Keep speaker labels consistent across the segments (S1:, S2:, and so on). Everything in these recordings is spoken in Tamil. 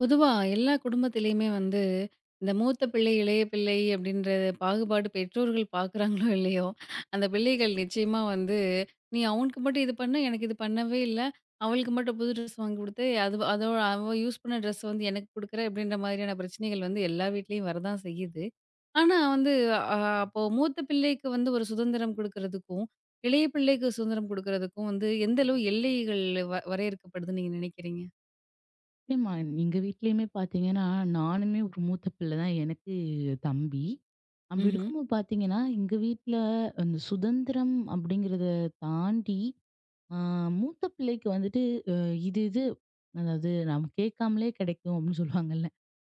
S1: பொதுவா எல்லா குடும்பத்திலயுமே வந்து, இந்த மூத்த பிள்ளை, இளைய பிள்ளை அப்படின்ற பாகுபாடு பெற்றோர்கள் பார்க்குறாங்களோ இல்லையோ, அந்த பிள்ளைகள் நிச்சயமா வந்து, "நீ அவனுக்கு மட்டும் இது பண்ண, எனக்கு இது பண்ணவே இல்ல. அவளுக்கு மட்டும் புது ட்ரெஸ் வாங்கி குடுத்து, அது அதோ அவ யூஸ் பண்ண ட்ரெஸ் வந்து எனக்கு குடுக்குற" அப்படின்ற மாதிரியான பிரச்சனைகள் வந்து எல்லா வீட்லயும் வரதான் செய்யுது. ஆனா வந்து அ அப்போ மூத்த பிள்ளைக்கு வந்து ஒரு சுதந்திரம் குடுக்குறதுக்கும், இளைய பிள்ளைக்கு சுதந்திரம் குடுக்குறதுக்கும் வந்து எந்த அளவு எல்லைகள் வரையறுக்கப்படுதுன்னு நீங்க நினைக்கிறீங்க?
S2: நிச்சயமா. எங்க வீட்லயுமே பார்த்தீங்கன்னா, நானுமே ஒரு மூத்த பிள்ளை தான். எனக்கு தம்பி. அப்படி
S1: ம்ஹ்ம்.
S2: இருக்கும்போது பார்த்தீங்கன்னா, எங்க வீட்ல அந்த சுதந்திரம் அப்படிங்கிறத தாண்டி, அ மூத்த பிள்ளைக்கு வந்துட்டு இது இது அதாவது நம்ம கேட்காமலே கிடைக்கும் அப்படின்னு சொல்லுவாங்கல்ல.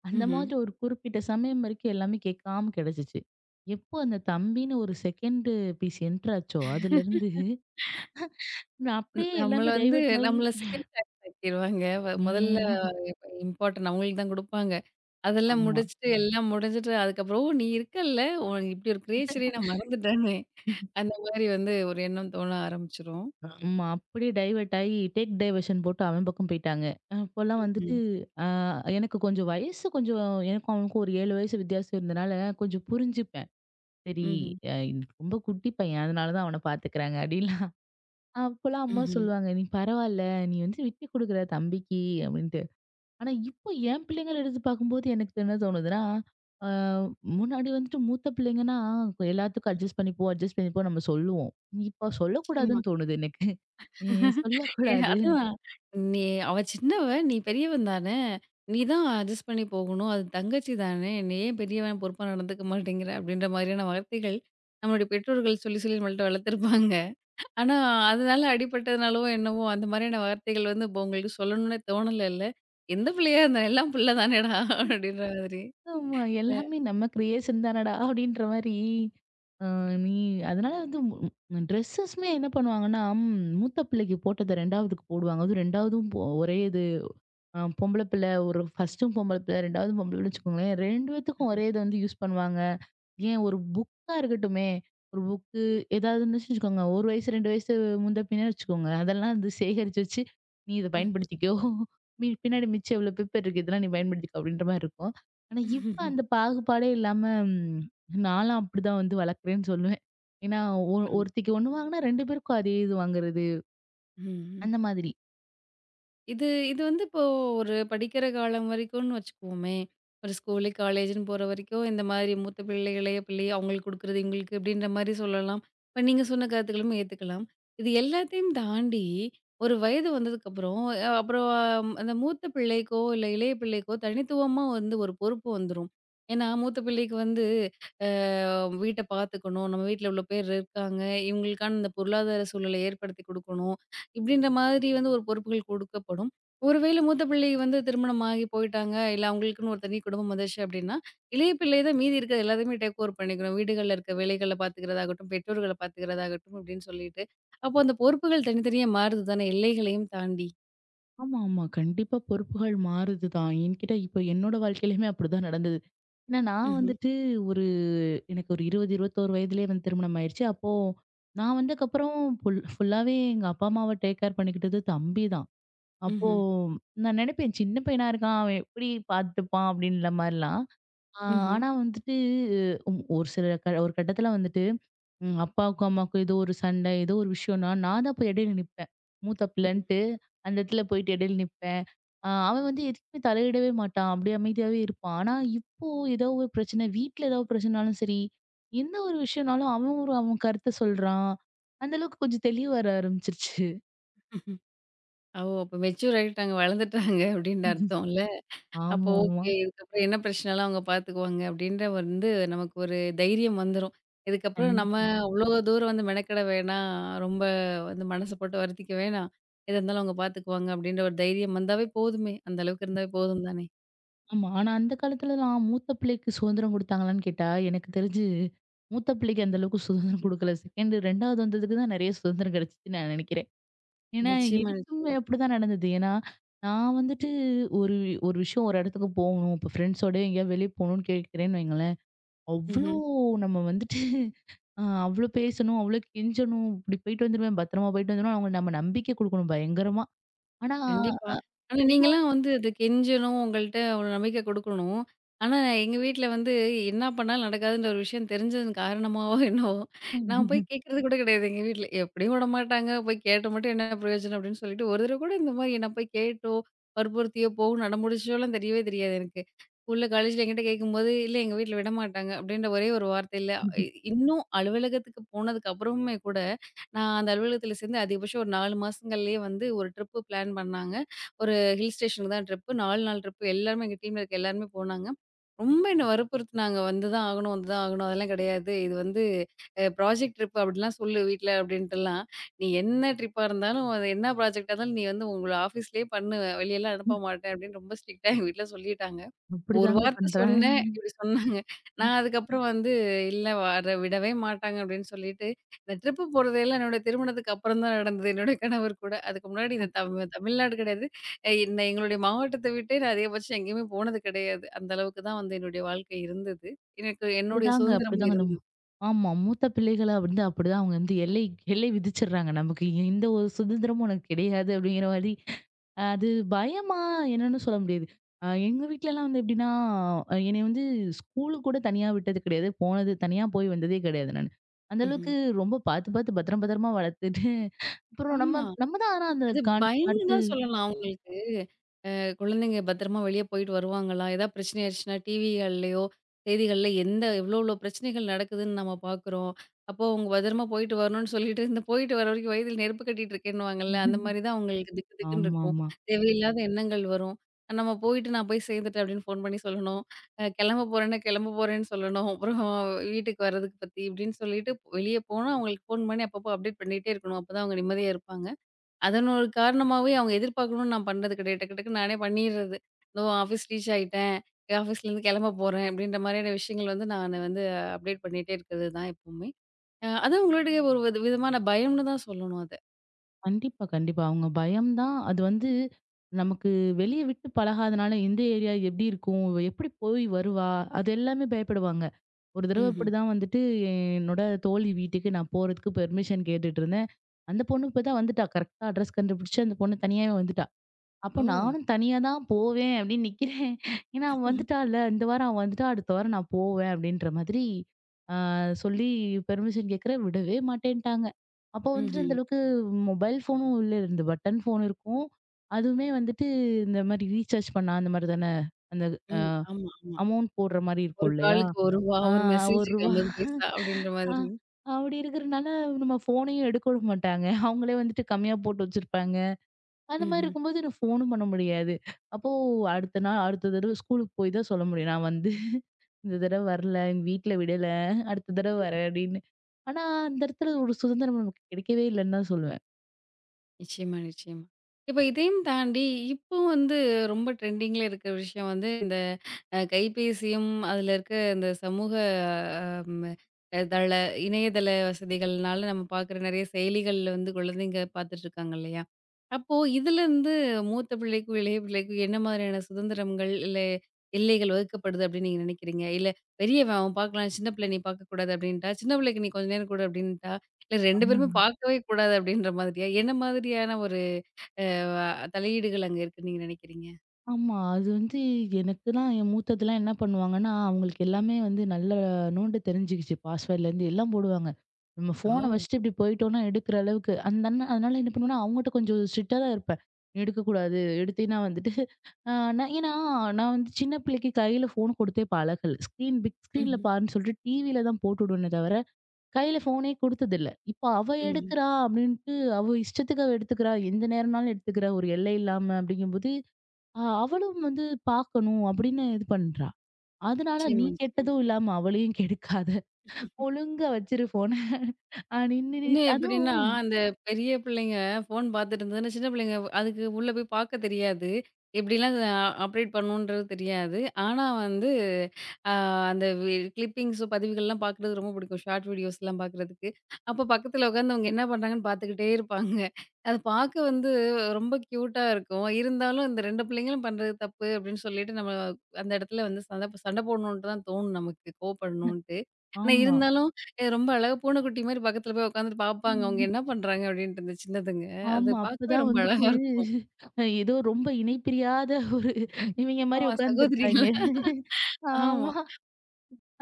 S2: அந்த
S1: ம்ஹ்ம்.
S2: மாதிரி ஒரு குறிப்பிட்ட சமயம் வரைக்கும் எல்லாமே கேட்காம கிடைச்சிச்சு. எப்போ அந்த தம்பின்னு ஒரு செகண்ட் பீஸ் என்டர் ஆச்சோ, அதுலருந்து நான்
S1: ம்.
S2: அப்படியே
S1: நம்மள
S2: எல்லாமே
S1: வந்து
S2: டைவர்ட் ஆயி
S1: நம்மள செகண்ட் கிளாஸ் ஆக்கிருவாங்க. முதல்ல
S2: ம்.
S1: இம்பார்டன்ட் அவங்களுக்கு தான் குடுப்பாங்க. அதெல்லாம்
S2: ஆமா.
S1: முடிச்சுட்டு எல்லாம் முடிஞ்சுட்டு அதுக்கப்புறம், "ஓ! நீ இருக்கல்ல! ஓ இப்படி ஒரு கிரியேச்சரே நான் மறந்துட்டேனே!" அந்த மாதிரி வந்து ஒரு எண்ணம் தோண ஆரம்பிச்சுரும்.
S2: ஆமா. அப்படியே டைவர்ட் ஆயி டேக் டைவர்ஷன் போட்டு அவன் பக்கம் போயிட்டாங்க. அப்போலாம் வந்துட்டு
S1: ம்ஹ்ம்.
S2: அ எனக்கு கொஞ்சம் வயசு கொஞ்சம் எனக்கும் அவனுக்கும் ஒரு 7 வயசு வித்தியாசம் இருந்தனால, கொஞ்சம் புரிஞ்சுப்பேன். சரி.
S1: ம்ஹ்ம்.
S2: அ ரொம்ப குட்டி பையன். அதனால தான் அவன பாத்துக்கிறாங்க அப்படின்லாம். அப்போலாம் அம்மா
S1: ம்ஹ்ம்.
S2: சொல்லுவாங்க, "நீ பரவால்ல. நீ வந்து விட்டு குடுக்குற தம்பிக்கு" அப்படின்ட்டு. ஆனா, இப்போ என் பிள்ளைங்கள எடுத்து பார்க்கும்போது எனக்கு என்ன தோணுதுன்னா, அ முன்னாடி வந்துட்டு மூத்த பிள்ளைங்கன்னா, எல்லாத்துக்கும் அட்ஜஸ்ட் பண்ணிப்போ, அட்ஜஸ்ட் பண்ணிப்போ நம்ம சொல்லுவோம். இப்ப
S1: நிச்சயமா.
S2: சொல்லக்கூடாதுன்னு தோணுது எனக்கு. நீ
S1: ஏ
S2: சொல்லக்கூடாது.
S1: அதான் "நீ அவ சின்னவ, நீ பெரியவன் தானே! நீ தான் அட்ஜஸ்ட் பண்ணி போகணும். அது தங்கச்சி தானே! நீ ஏன் பெரியவன் பொறுப்பா நடந்துக்க மாட்டேங்கிற?" அப்படின்ற மாதிரியான வார்த்தைகள் நம்மளுடைய பெற்றோர்கள் சொல்லி சொல்லி நம்மள்ட்ட வளர்த்துருப்பாங்க. ஆனா, அதனால அடிபட்டதுனாலவோ என்னவோ, அந்த மாரியான வார்த்தைகள் வந்து இப்ப உங்களுக்கு சொல்லணும்னே தோணலல்ல. எந்த பிள்ளையா இருந்தா எல்லாம் புள்ள தானேடா! அப்படின்ற மாதிரி.
S2: ஆமா,
S1: இல்ல.
S2: எல்லாமே நம்ம கிரியேஷன் தானடா! அப்படின்ற மாரி, அ நீ அதனால வந்து ட்ரெஸ்ஸஸுமே என்ன பண்ணுவாங்கன்னா, மூத்த பிள்ளைக்கு போட்டத 2வதுக்கு போடுவாங்க. அதுவும் 2வதும் போ ஒரே பொம்பள பிள்ளை ஒரு ஃபர்ஸ்ட்டும் பொம்பள பிள்ளை, 2வது பொம்பள பிள்ளன்னு வச்சுக்கோங்களேன். 2 பேத்துக்கும் ஒரே இத வந்து யூஸ் பண்ணுவாங்க. ஏன் ஒரு புக்கா இருக்கட்டுமே, ஒரு புக்கு ஏதாவதுன்னு வச்சுக்கோங்க. 1 வயசு 2 வயசு முந்த பின்ன வச்சுக்கோங்க. அதெல்லாம் வந்து சேகரிச்சு வச்சு, "நீ இத
S1: ம்ஹ்ம்.
S2: பயன்படுத்திக்கோ. மீ பின்னாடி மிச்சம் இவ்ளோ பேப்பர் இருக்கு. இதெல்லாம் நீ பயன்படுத்திக்கோ" அப்படின்ற மாரி இருக்கும். ஆனா இப்ப அந்த பாகுபாடே இல்லாம ம் நான்லாம் அப்படிதான் வந்து வளர்க்குறேன்னு சொல்லுவேன். ஏன்னா ஒ
S1: ம்ஹ்ம்.
S2: ஒருத்திக்கு ஒண்ணு வாங்குனா 2 பேருக்கும் அதே இது வாங்குறது,
S1: ம்.
S2: அந்த மாதிரி.
S1: இது இது வந்து இப்போ ஒரு படிக்கிற காலம் வரைக்கும்னு வச்சுக்குவோமே! ஒரு ஸ்கூலு, காலேஜ்ன்னு போற வரைக்கும் இந்த மாதிரி மூத்த பிள்ளை, இளைய பிள்ளை அவங்களுக்கு குடுக்குறது இவங்களுக்கு இப்படின்ற மாரி சொல்லலாம். இப்ப நீங்க சொன்ன கருத்துக்களும் ஏத்துக்கலாம். இது எல்லாத்தையும் தாண்டி ஒரு வயது வந்ததுக்கப்புறம், அப்புறம் அந்த மூத்த பிள்ளைக்கோ, இல்ல இளைய பிள்ளைக்கோ தனித்துவமா வந்து ஒரு பொறுப்பு வந்துரும். ஏன்னா மூத்த பிள்ளைக்கு வந்து வீட்ட பார்த்துக்கணும். நம்ம வீட்ல இவ்ளோ பேர் இருக்காங்க. இவங்களுக்கான இந்த பொருளாதார சூழலை ஏற்படுத்தி குடுக்கணும். இப்படின்ற மாதிரி வந்து ஒரு பொறுப்புகள் குடுக்கப்படும். ஒருவேளை மூத்த பிள்ளை வந்து திருமணம் ஆகி போயிட்டாங்க. இல்ல அவங்களுக்குன்னு ஒரு தனி குடும்பம் வந்துருச்சு அப்படின்னா, இளைய பிள்ளை தான் மீதி இருக்கிற எல்லாத்தையுமே டேக் ஓவர் பண்ணிக்கணும். வீடுகள்ல இருக்க வேலைகள பார்த்துக்கிறதாகட்டும், பெற்றோர்கள பார்த்துக்கிறதாகட்டும் அப்படின்னு சொல்லிட்டு. அப்போ அந்த பொறுப்புகள் தனித்தனியா மாறுது தானே எல்லைகளையும் தாண்டி.
S2: ஆமா, ஆமா. கண்டிப்பா பொறுப்புகள் மாறுதுதான். என்கிட்ட இப்ப என்னோட வாழ்க்கையிலயுமே அப்படிதான் நடந்தது. ஏன்னா நான்
S1: ம்ஹ்ம்.
S2: வந்துட்டு ஒரு எனக்கு ஒரு 20, 21 வயதிலேயே வந்து திருமணம் ஆயிருச்சு. அப்போ நான் வந்ததுக்கப்புறம் ஃபுல்லாவே எங்க அப்பா அம்மாவ டேக் கேர் பண்ணிக்கிட்டது தம்பி தான். அப்போ
S1: ம்ஹ்ம்.
S2: நான் நினைப்பேன், "சின்ன பையனா இருக்கான். அவன் எப்படி பார்த்துப்பான்?" அப்படின்ற மாரிலாம். ஆ,
S1: ம்ஹ்ம்.
S2: ஆனா வந்துட்டு ஒரு சில ஒரு கட்டத்துல வந்துட்டு அப்பாவுக்கும் அம்மாவுக்கும் ஏதோ ஒரு சண்டை ஏதோ ஒரு விஷயம்னா நான் தான் போய் இடையில நிப்பேன். மூத்த
S1: ம்.
S2: பிள்ளைன்ட்டு அந்த இடத்துல போயிட்டு இடையில நிப்பேன். அவன் வந்து எதுக்குமே தலையிடவே மாட்டான். அப்படியே அமைதியாவே இருப்பான். ஆனா இப்போ ஏதோ ஒரு பிரச்சனை வீட்ல ஏதோ ஒரு பிரச்சனைனாலும் சரி, எந்த ஒரு விஷயம்னாலும் அவன் கருத்தை சொல்றான். அந்த அளவுக்கு கொஞ்சம் தெளிவு வர ஆரம்பிச்சிருச்சு.
S1: ஓ! அப்ப மெச்சூர் ஆயிட்டாங்க. வளர்ந்துட்டாங்க அப்படின்னு அர்த்தம். அப்போ
S2: ஆமா, ஆமா.
S1: ஓகே. இதுக்கப்புறம் என்ன பிரச்சனைலாம் அவங்க பார்த்துக்குவாங்க அப்படின்ற வந்து நமக்கு ஒரு தைரியம் வந்துரும். இதுக்கப்புறம் நம்ம
S2: கண்டிப்பா.
S1: அவ்வளோ தூரம் வந்து மெனக்கெட வேணாம். ரொம்ப வந்து மனசு போட்டு வருத்திக்க வேணாம். எதா இருந்தாலும் அவங்க பார்த்துக்குவாங்க அப்படின்ற ஒரு தைரியம் வந்தாவே போதுமே. அந்த அளவுக்கு இருந்தாவே போதும் தானே!
S2: ஆமா. ஆனா அந்த காலத்துலலாம் மூத்த பிள்ளைக்கு சுதந்திரம் குடுத்தாங்களான்னு கேட்டா, எனக்கு தெரிஞ்சு மூத்த பிள்ளைக்கு அந்த அளவுக்கு சுதந்திரம் குடுக்கல. செகண்ட் 2வது வந்ததுக்கு தான் நெறைய சுதந்திரம் கிடைச்சுச்சுன்னு நான் நெனைக்கிறேன். ஏன்னா,
S1: நிச்சயமா,
S2: எனக்குமே
S1: நிச்சயமா.
S2: அப்படிதான் நடந்தது. ஏன்னா, நான் வந்துட்டு ஒரு ஒரு விஷயம் ஒரு இடத்துக்கு போகணும். இப்போ ஃப்ரெண்ட்ஸோட எங்கேயாவது வெளிய போகணும்னு கேட்கிறேன்னு வைங்களேன், அவ்ளோ
S1: ம்ஹ்ம்.
S2: நம்ம வந்துட்டு அவ்ளோ பேசணும், அவ்ளோ கெஞ்சணும். இப்படி போயிட்டு வந்துருவேன், பத்திரமா போயிட்டு வந்துருவேன். அவங்க நம்ம நம்பிக்கை குடுக்கணும் பயங்கரமா. ஆனா
S1: கண்டிப்பா. ஆனா
S2: 2வது
S1: நீங்கலாம் வந்து அது கெஞ்சணும், உங்கள்ட்ட அவ்ளோ நம்பிக்கை குடுக்கணும். ஆனா எங்க வீட்ல வந்து என்ன பண்ணாலும் நடக்காதுன்ற ஒரு விஷயம் தெரிஞ்சதன் காரணமாவோ என்னவோ, நான் போய் கேட்கறது கூட கிடையாது எங்க வீட்ல. எப்படியும் விடமாட்டாங்க, போய் கேட்டு மட்டும் என்ன பிரயோஜனம் அப்படின்னு சொல்லிட்டு, ஒரு தடவ கூட இந்த மாரி நான் போய் கேட்டோ, வற்புறுத்தியோ, போவும் நடமுடிச்சோலாம் தெரியவே தெரியாது எனக்கு. ஸ்கூல்ல, காலேஜ்ல என்கிட்ட கேட்கும்போது, "இல்ல எங்க வீட்ல விடமாட்டாங்க" அப்படின்ற ஒரே ஒரு வார்த்தையில, இன்னும் அலுவலகத்துக்கு போனதுக்கு அப்புறமுமே கூட நான் அந்த அலுவலகத்தில சேர்ந்து அதிகபட்சம் ஒரு 4 மாசங்கள்லயே வந்து ஒரு ட்ரிப்பு பிளான் பண்ணாங்க. ஒரு ஹில் ஸ்டேஷனுக்கு தான் ட்ரிப்பு. 4 நாள் ட்ரிப்பு. எல்லாருமே எங்க டீம்ல இருக்க எல்லாருமே போனாங்க. ரொம்ப என்ன வற்புறுத்துனாங்க. "வந்து தான் ஆகணும், வந்து தான் ஆகணும்." அதெல்லாம் கிடையாது. இது வந்து ப்ராஜெக்ட் ட்ரிப் அப்படிலாம் சொல்லு வீட்ல அப்படின்ட்டுலாம். "நீ என்ன ட்ரிப்பா இருந்தாலும், அது என்ன ப்ராஜெக்ட்டா இருந்தாலும் நீ வந்து உங்கள ஆஃபீஸ்லயே பண்ணு. வெளியலாம் அனுப்ப மாட்டேன்." அப்படின்னு ரொம்ப ஸ்ட்ரிக்ட்டா எங்க வீட்ல சொல்லிட்டாங்க. ஒரு
S2: அப்படிதாங்க
S1: வார்த்தை
S2: பண்றாங்க.
S1: சொன்னேன். இப்டி சொன்னாங்க. நான் அதுக்கப்புறம் வந்து இல்ல வர விடவே மாட்டாங்க அப்டின்னு சொல்லிட்டு, இந்த ட்ரிப்பு போறது எல்லாம் என்னோட திருமணத்துக்கு அப்புறம் தான் நடந்தது. என்னோட கணவர் கூட. அதுக்கு முன்னாடி இந்த தமிழ்நாடு கிடையாது. இந்த எங்களுடைய மாவட்டத்த விட்டு நான் அதிகபட்சம் எங்கேயுமே போனது கிடையாது. அந்த அளவுக்கு தான் வந்து என்னுடைய வாழ்க்கை இருந்தது. எனக்கு என்னுடைய
S2: அப்படிதாங்க,
S1: சுதந்திரமும்
S2: அப்படிதாங்க. அந்த
S1: இருந்தது.
S2: ஆமா. மூத்த பிள்ளைகள வந்து அப்படிதான் அவங்க வந்து எல்லை எல்லை விதிச்சிடுறாங்க. நமக்கு எந்த ஒரு சுதந்திரமும் உனக்கு கிடையாது அப்படிங்கிற மாரி. அது பயமா என்னன்னு சொல்ல முடியாது. எங்க வீட்லலாம் வந்து எப்படின்னா, என்னைய வந்து ஸ்கூலுக்கு கூட தனியா விட்டது கிடையாது. போனது தனியா போய் வந்ததே கிடையாது நானு. அந்த
S1: ம்ஹ்ம்.
S2: அளவுக்கு ரொம்ப பார்த்து பார்த்து பத்திரம் பத்திரமா வளர்த்துட்டு, அப்புறம் நம்ம
S1: ஆமா.
S2: நம்ம தான் ஆனா அந்த
S1: அது
S2: கான்
S1: பயம்னு
S2: அடுத்து
S1: தான் சொல்லலாம் அவங்களுக்கு. குழந்தைங்க பத்திரமா வெளியே போயிட்டு வருவாங்களா? ஏதாவது பிரச்சனை ஆயிடுச்சுன்னா, டிவிகள்லயோ, செய்திகள்ல எந்த எவ்வளோ எவ்வளோ பிரச்சனைகள் நடக்குதுன்னு நம்ம பார்க்குறோம். அப்போ அவங்க பத்திரமா போயிட்டு வரணும்னு சொல்லிட்டு, இந்த போயிட்டு வர வரைக்கும் வயதில் நெருப்பு கட்டிட்டு இருக்கேன்னுவாங்கல்ல, அந்த மாரி தான் அவங்களுக்கு திக்கு திக்குன்னு இருக்கும்.
S2: ஆமாமா.
S1: தேவையில்லாத எண்ணங்கள் வரும். நம்ம போயிட்டு "நான் போய் சேர்ந்துட்டேன்" அப்படின்னு ஃபோன் பண்ணி சொல்லணும். கிளம்ப போறேன்னா, கிளம்ப போறேன்னு சொல்லணும். அப்புறம் வீட்டுக்கு வர்றதுக்கு பத்தி இப்படின்னு சொல்லிட்டு, வெளியே போனா அவங்களுக்கு ஃபோன் பண்ணி அப்பப்போ அப்டேட் பண்ணிட்டே இருக்கணும். அப்பதான் அவங்க நிம்மதியா இருப்பாங்க. அதன் ஒரு காரணமாவே அவங்க எதிர்பார்க்கணும்னு நான் பண்றது கிடையாது. டக்கு டக்குன்னு நானே பண்ணிர்றது. "இதோ ஆஃபீஸ் ரீச் ஆயிட்டேன். ஆஃபீஸ்லேருந்து கிளம்ப போறேன்." அப்படின்ற மாதிரியான விஷயங்கள் வந்து நான் வந்து அப்டேட் பண்ணிட்டே இருக்கிறது தான் எப்பவுமே. அது உங்களுடைய ஒரு வித விதமான பயம்னு தான் சொல்லணும் அத.
S2: கண்டிப்பா, கண்டிப்பா. அவங்க பயம் தான். அது வந்து நமக்கு வெளிய விட்டு பழகாதனால, எந்த ஏரியா எப்டி இருக்கும்? இவ எப்டி போய் வருவா? அது எல்லாமே பயப்படுவாங்க. ஒரு தடவ
S1: ம்ஹ்ம்.
S2: இப்டிதான் வந்துட்டு என்னோட தோழி வீட்டுக்கு நான் போறதுக்கு பெர்மிஷன் கேட்டுட்டு இருந்தேன். அந்த பொண்ணு இப்பதான் வந்துட்டா. கரெக்ட்டா அட்ரஸ் கண்டுபிடிச்சு அந்த பொண்ணு தனியாவே வந்துட்டா. அப்போ
S1: ஓ!
S2: நானும் தனியா தான் போவேன் அப்படின்னு நிக்கிறேன். ஏன்னா அவ வந்துட்டால்ல. இந்த வாரம் அவ வந்துட்டா, அடுத்த வாரம் நான் போவேன் அப்படின்ற மாதிரி ஆ சொல்லி பெர்மிஷன் கேட்குறேன். விடவே மாட்டேன்ட்டாங்க. அப்போ வந்துட்டு
S1: ம்ஹ்ம்.
S2: அந்த அளவுக்கு மொபைல் ஃபோனும் இல்ல. இந்த பட்டன் ஃபோன் இருக்கும். அதுவுமே வந்துட்டு இந்த மாரி ரீசார்ஜ் பண்ணா அந்த மாரி தானே. அந்த அ
S1: ம். ஆமா, ஆமா.
S2: அமௌண்ட் போடுற மாரி
S1: ஒரு
S2: இருக்கும் இல்லையா?
S1: காலுக்கு ரூ. 1
S2: ஆ
S1: ஒரு
S2: ரூ.
S1: மெசேஜுக்கு
S2: 1.
S1: 50 பைசா அப்படின்ற
S2: ஆ
S1: மாதிரி.
S2: அப்படி இருக்கிறனால நம்ம ஃபோனையும் எடுக்க விட மாட்டாங்க. அவங்களே வந்துட்டு கம்மியா போட்டு வச்சிருப்பாங்க. அந்த மாரி
S1: ம்ஹ்ம்.
S2: இருக்கும்போது நான் ஃபோனும் பண்ண முடியாது. அப்போ அடுத்த நாள் அடுத்த தடவ ஸ்கூலுக்கு போய் தான் சொல்ல முடியும். நான் வந்து இந்த தடவ வரல, எங்க வீட்ல விடல, அடுத்த தடவ வரேன் அப்படின்னு. ஆனா அந்த இடத்துல ஒரு சுதந்திரம் நமக்கு கிடைக்கவே இல்லன்னு தான்
S1: நிச்சயமா, நிச்சயமா. இப்ப இதையும் தாண்டி, இப்போ வந்து ரொம்ப ட்ரெண்டிங்ல இருக்க விஷயம் வந்து இந்த கைபேசியும், அதுல இருக்க இந்த சமூக அம் தள இணையதள வசதிகள்னால நம்ம பாக்குற நெறைய செயலிகள்ல வந்து குழந்தைங்க பாத்துட்டு இருக்காங்க இல்லையா? அப்போ இதுலருந்து மூத்த பிள்ளைக்கும், இளைய பிள்ளைக்கும் என்ன மாதிரியான சுதந்திரங்கள், இல்ல எல்லைகள் வகுக்கப்படுது அப்படின்னு நீங்க நெனைக்கிறீங்க? இல்ல பெரியவன் அவன் பாக்கலாம், சின்ன பிள்ளை நீ பாக்கக்கூடாது அப்படின்ட்டா, சின்ன பிள்ளைக்கு நீ கொஞ்ச நேரம் குடு அப்படின்ட்டா, இல்ல 2 பேருமே
S2: சொல்லுவேன்.
S1: பார்க்கவே கூடாது அப்டின்ற மாதிரியா? என்ன மாதிரியான ஒரு அ தலையீடுகள் அங்க இருக்குன்னு நீங்க நினைக்கிறீங்க?
S2: ஆமா. அது வந்து எனக்குலாம் என் மூத்ததுலாம் என்ன பண்ணுவாங்கன்னா, அவங்களுக்கு எல்லாமே வந்து நல்லா நோண்ட தெரிஞ்சுகிச்சு. பாஸ்வேர்ட்லேருந்து எல்லாம் போடுவாங்க. நம்ம ஃபோன
S1: ஓ!
S2: வச்சுட்டு இப்டி போயிட்டோம்னா எடுக்கிற அளவுக்கு. அந்த அண்ணன் அதனால என்ன பண்ணுவேன்னா, அவங்கட்ட கொஞ்சம் ஸ்ட்ரிக்ட்டா தான் இருப்பேன். எடுக்கக்கூடாது. எடுத்தீன்னா வந்துட்டு அ நான் ஏன்னா, நான் வந்து சின்ன பிள்ளைக்கு கையில ஃபோன் குடுத்தே பழகல. ஸ்க்ரீன்ல
S1: ம்ஹ்ம்.
S2: பாருன்னு சொல்லிட்டு டிவில தான் போட்டுவிடுவேனே தவிர, கையில ஃபோனே குடுத்ததில்ல. இப்போ அவ
S1: ம்.
S2: எடுக்கிறா அப்டின்ட்டு, அவ இஷ்டத்துக்கு அவ எடுத்துக்கிறா. எந்த நேரம்னாலும் எடுத்துக்கிறா. ஒரு எல்லை இல்லாம அப்டிங்கும்போது அவளும் வந்து பார்க்கணும் அப்படின்னு இது பண்றா. அதனால நீ
S1: நிச்சயமா, நிச்சயமா.
S2: கெட்டதும் இல்லாம அவளையும் கெடுக்காத. ஒழுங்கா வச்சிரு ஃபோன. அ நின்னு நின்னு
S1: இன்னும் எப்படின்னா,
S2: அதுவும்
S1: அந்த பெரிய பிள்ளைங்க ஃபோன் பார்த்துட்டு இருந்ததுன்னா, சின்ன பிள்ளைங்க அதுக்கு உள்ள போய் பார்க்க தெரியாது. எப்படிலாம் ஆப்ரேட் பண்ணணுன்றது தெரியாது. ஆனா வந்து அ அந்த கிளிப்பிங்ஸ் பதிவுகள்லாம் பார்க்குறது ரொம்ப பிடிக்கும். ஷார்ட் வீடியோஸ்லாம் பார்க்குறதுக்கு. அப்போ பக்கத்துல உட்காந்து அவங்க என்ன பண்றாங்கன்னு பார்த்துக்கிட்டே இருப்பாங்க. அது பார்க்க வந்து ரொம்ப கியூட்டா இருக்கும். இருந்தாலும் இந்த 2 பிள்ளைங்களும் பண்றது தப்பு அப்படின்னு சொல்லிட்டு நம்ம அந்த இடத்துல வந்து சண்ட சண்ட போடணுன்ட்டு தான் தோணும் நமக்கு, கோவப்படணுன்ட்டு. ஆனா
S2: ஆமா.
S1: இருந்தாலும் ரொம்ப அழகா பூனைக்குட்டி மாரி பக்கத்துல போய் உட்காந்துட்டு பார்ப்பாங்க. அவங்க
S2: ம்.
S1: என்ன பண்றாங்க அப்படின்ட்டு அந்த சின்னதுங்க. அது
S2: ஆமா.
S1: பார்க்கவே
S2: அப்பதான்
S1: ரொம்ப
S2: வந்துட்டு
S1: அழகா இருக்கும்.
S2: ஏதோ ரொம்ப இணை பிரியாத ஒரு இவங்க மாரி
S1: ஆமா
S2: உட்கார்ந்துருப்பாய்ங்க.
S1: சகோதரிகள். ஆமா.
S2: ஆமா.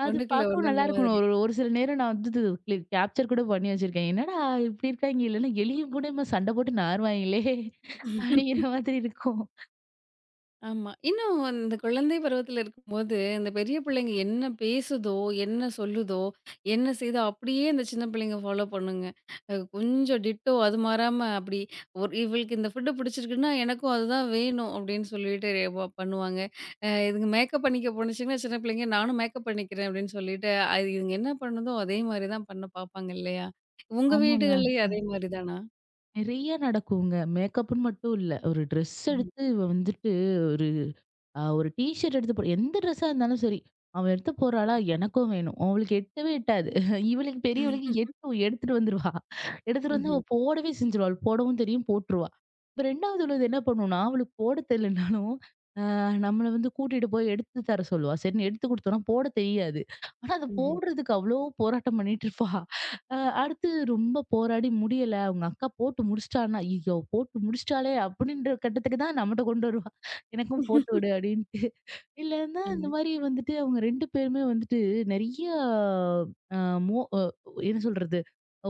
S2: அது
S1: ஒண்ணுக்குள்ள
S2: பார்க்கவும்
S1: ஒண்ணுன்ற
S2: நல்லா இருக்கும்.
S1: மாதிரி.
S2: ஒரு ஒரு சில நேரம் நான் வந்து இது கேப்சர் கூட பண்ணி வச்சிருக்கேன். என்னடா இப்படி இருக்காய்ங்க? இல்லன்னா எலியும் கூட இவன் சண்டை போட்டு நாறுவாய்ங்களே! அப்படிங்கிற மாதிரி இருக்கும்.
S1: ஆமா. இன்னும் இந்த குழந்தை பருவத்துல இருக்கும்போது, இந்த பெரிய பிள்ளைங்க என்ன பேசுதோ, என்ன சொல்லுதோ, என்ன செய்யுதோ, அப்படியே அந்த சின்ன பிள்ளைங்க ஃபாலோ பண்ணுங்க. கொஞ்சம் டிட்டோ அது மாறாம அப்படி ஒரு இவளுக்கு இந்த ஃபுட் பிடிச்சிருக்குன்னா, எனக்கும் அதுதான் வேணும் அப்படின்னு சொல்லிட்டு வ பண்ணுவாங்க. இதுங்க மேக்கப் பண்ணிக்க போணுச்சுன்னா, சின்ன பிள்ளைங்க நானும் மேக்கப் பண்ணிக்கிறேன் அப்படின்னு சொல்லிட்டு, அது இதுங்க என்ன பண்ணுதோ அதே மாரி தான் பண்ண பார்ப்பாங்க இல்லையா? உங்க
S2: ஆமாங்க.
S1: வீடுகள்லயும் அதே மாரி தானா?
S2: நிறைய நடக்குங்க. மேக்கப்ன்னு மட்டும் இல்ல. ஒரு ட்ரெஸ்
S1: ம்ஹ்ம்.
S2: எடுத்து இவ வந்துட்டு ஒரு ஒரு டீ ஷர்ட் எடுத்து போடு எந்த ட்ரெஸ்ஸா இருந்தாலும் சரி. அவ எடுத்து போறாளா எனக்கும் வேணும். அவளுக்கு எட்டவே எட்டாது. இவளுக்கு பெரியவளுக்கு எட்டும். எடுத்துட்டு வந்துருவா. எடுத்துட்டு வந்து அவ
S1: ம்ஹ்ம்.
S2: போடவே செஞ்சுருவா. அவளுக்கு போடவும் தெரியும் போட்டுருவா. இப்ப 2வது உள்ளது என்ன பண்ணும்னா, அவளுக்கு போட தெரியலனாலும் நம்மள வந்து கூட்டிட்டு போய் எடுத்து தர சொல்லுவா. சரின்னு எடுத்து குடுத்தோம்னா போட தெரியாது. ஆனா, அத
S1: ம்ஹ்ம்.
S2: போடுறதுக்கு அவ்ளோ போராட்டம் பண்ணிட்டு இருப்பா. அ அடுத்து ரொம்ப போராடி முடியல. அவங்க அக்கா போட்டு முடிச்சுட்டான்னா, "ஐயோ! போட்டு முடிச்சுட்டாளே!" அப்படின்ற கட்டத்துக்கு தான் நம்மட்ட கொண்டு வருவா. "எனக்கும் போட்டு விடு" அப்படின்ட்டு. இல்லன்னா இந்த
S1: ஆமா.
S2: மாரி வந்துட்டு அவங்க 2 பேருமே வந்துட்டு நெறைய அ மோ அ என்ன சொல்றது?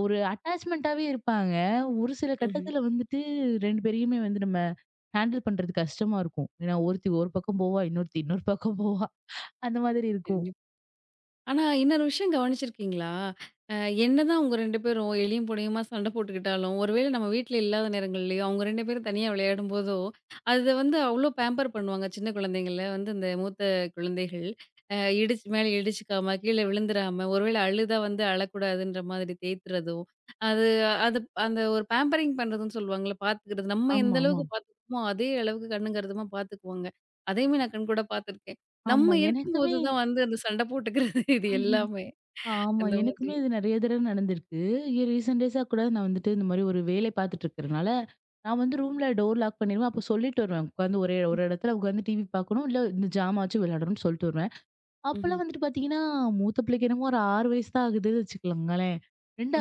S2: ஒரு அட்டாச்மென்ட்டாவே இருப்பாங்க. ஒரு சில
S1: ம்ஹ்ம்.
S2: கட்டத்துல வந்துட்டு 2 பேரையுமே வந்து நம்ம ஹேண்டில் பண்றது கஷ்டமா இருக்கும். ஏன்னா ஒருத்தி ஒரு பக்கம் போவா, இன்னொருத்தி இன்னொரு பக்கம் போவா. அந்த மாதிரி இருக்கும்.
S1: ஆனா, இன்னொரு விஷயம் கவனிச்சிருக்கீங்களா? அ என்னதான் அவங்க 2 பேரும் எளியும் புடையுமா சண்ட போட்டுக்கிட்டாலும், ஒரு வேளை நம்ம வீட்ல இல்லாத நேரங்கள்லயோ, அவங்க 2 பேரும் தனியா விளையாடும்போதோ, அத வந்து அவ்ளோ பேம்பர் பண்ணுவாங்க. சின்ன குழந்தைங்கள வந்து இந்த மூத்த குழந்தைகள். இடிச்சு மேல இடிச்சுக்காம, கீழ விழுந்துராம, ஒருவேளை அழுதா வந்து அழக்கூடாதுன்ற மாதிரி தேய்த்துறதோ, அது அது அந்த ஒரு பேம்பரிங் பண்றதுன்னு சொல்லுவாங்கல்ல, பார்த்துக்கிறது. நம்ம எந்த
S2: ஆமா, ஆமா.
S1: அளவுக்கு பார்த்துக்குமோ, அதே அளவுக்கு கண்ணும் கருத்துமா பார்த்துக்குவாங்க. அதையுமே நான் கண்கூட பார்த்துருக்கேன்.
S2: ஆமா.
S1: நம்ம இருக்கும்போது
S2: எனக்குமே
S1: தான் வந்து அந்த சண்டை போட்டுக்கிறது இது
S2: ம்ஹும்.
S1: எல்லாமே.
S2: ஆமா.
S1: அந்த மாதிரி.
S2: எனக்குமே இது நெறைய தடவ நடந்திருக்கு. ரீசென்ட் டேஸா கூட நான் வந்துட்டு இந்த மாரி ஒரு வேலை பார்த்துட்டு இருக்கிறனால, நான் வந்து ரூம்ல டோர் லாக் பண்ணிருவேன். அப்போ சொல்லிட்டு வருவேன். உட்காந்து ஒரே ஒரு இடத்துல உட்காந்து டிவி பார்க்கணும். இல்ல இந்த ஜாமாச்சும் விளையாடணும்னு சொல்லிட்டு வருவேன்.
S1: ம்ஹ்ம்.
S2: அப்பலாம் வந்துட்டு பாத்தீங்கன்னா, மூத்த பிள்ளைக்கு என்னமோ ஒரு 6 வயசு தான் ஆகுதுன்னு வச்சுக்கோங்களேன்.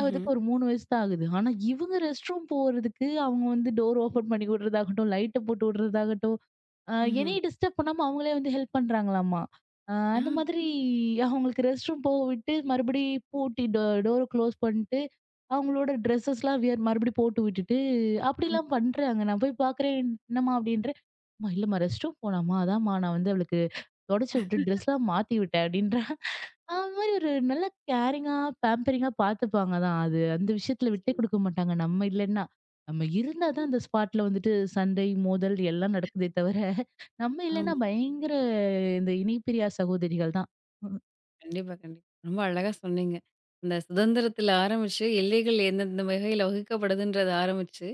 S1: ம்ஹ்ம்.
S2: ஒரு 3 வயசு தான் ஆகுது. ஆனா இவங்க ரெஸ்ட் ரூம் போறதுக்கு அவங்க வந்து டோர் ஓப்பன் பண்ணி விடுறதாகட்டும், லைட்ட போட்டு விடுறதாகட்டும், அ
S1: ம்ஹ்ம்.
S2: என்னைய டிஸ்டர்ப் பண்ணாம அவங்களே வந்து ஹெல்ப் பண்றாங்களாமா. அ
S1: ஆ.
S2: அந்த மாதிரி அவங்களுக்கு ரெஸ்ட் ரூம் போக விட்டு, மறுபடி பூட்டி டோர க்ளோஸ் பண்ணிட்டு, அவங்களோட ட்ரெஸ்ஸஸ்லாம் வியர் மறுபடியும் போட்டு விட்டுட்டு,
S1: ம்.
S2: அப்படிலாம் பண்றாங்க. நான் போய் பாக்குறேன், "என்னம்மா?" அப்படின்றேன். "அம்மா இல்லம்மா ரெஸ்ட் ரூம் போனாம்மா. அதாம்மா நான் வந்து அவளுக்கு "தொடைச்சு விட்டு ட்ரெஸ்லாம் மாத்தி விட்டேன்" அப்படின்றா. அது மாதிரி ஒரு நல்ல கேரிங்கா, பேம்பரிங்கா பார்த்துப்பாங்க தான். அது அந்த விஷயத்துல விட்டே
S1: நிச்சயமா.
S2: குடுக்க மாட்டாங்க. நம்ம இல்லன்னா. நம்ம இருந்தா தான் அந்த ஸ்பாட்ல வந்துட்டு சண்டை, மோதல் எல்லாம் நடக்குதே தவிர, நம்ம இல்லன்னா
S1: ஆமா.
S2: பயங்கர இந்த இணைபிரியா சகோதரிகள் தான்.
S1: கண்டிப்பா, கண்டிப்பா. ரொம்ப அழகா சொன்னீங்க. அந்த சுதந்திரத்தில ஆரம்பிச்சு, எல்லைகள் எந்தெந்த வகையில வகுக்கப்படுதுன்றத ஆரம்பிச்சு,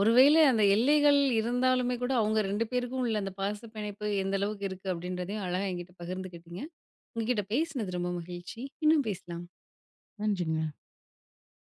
S1: ஒருவேளை அந்த எல்லைகள் இருந்தாலுமே கூட, அவங்க 2 பேருக்கும் உள்ள அந்த பாச பிணைப்பு எந்த அளவுக்கு இருக்கு அப்படின்றதையும் அழகா என்கிட்ட பகிர்ந்துக்கிட்டீங்க. உங்ககிட்ட பேசினது ரொம்ப மகிழ்ச்சி. இன்னும் பேசலாம்.
S2: நன்றிங்க.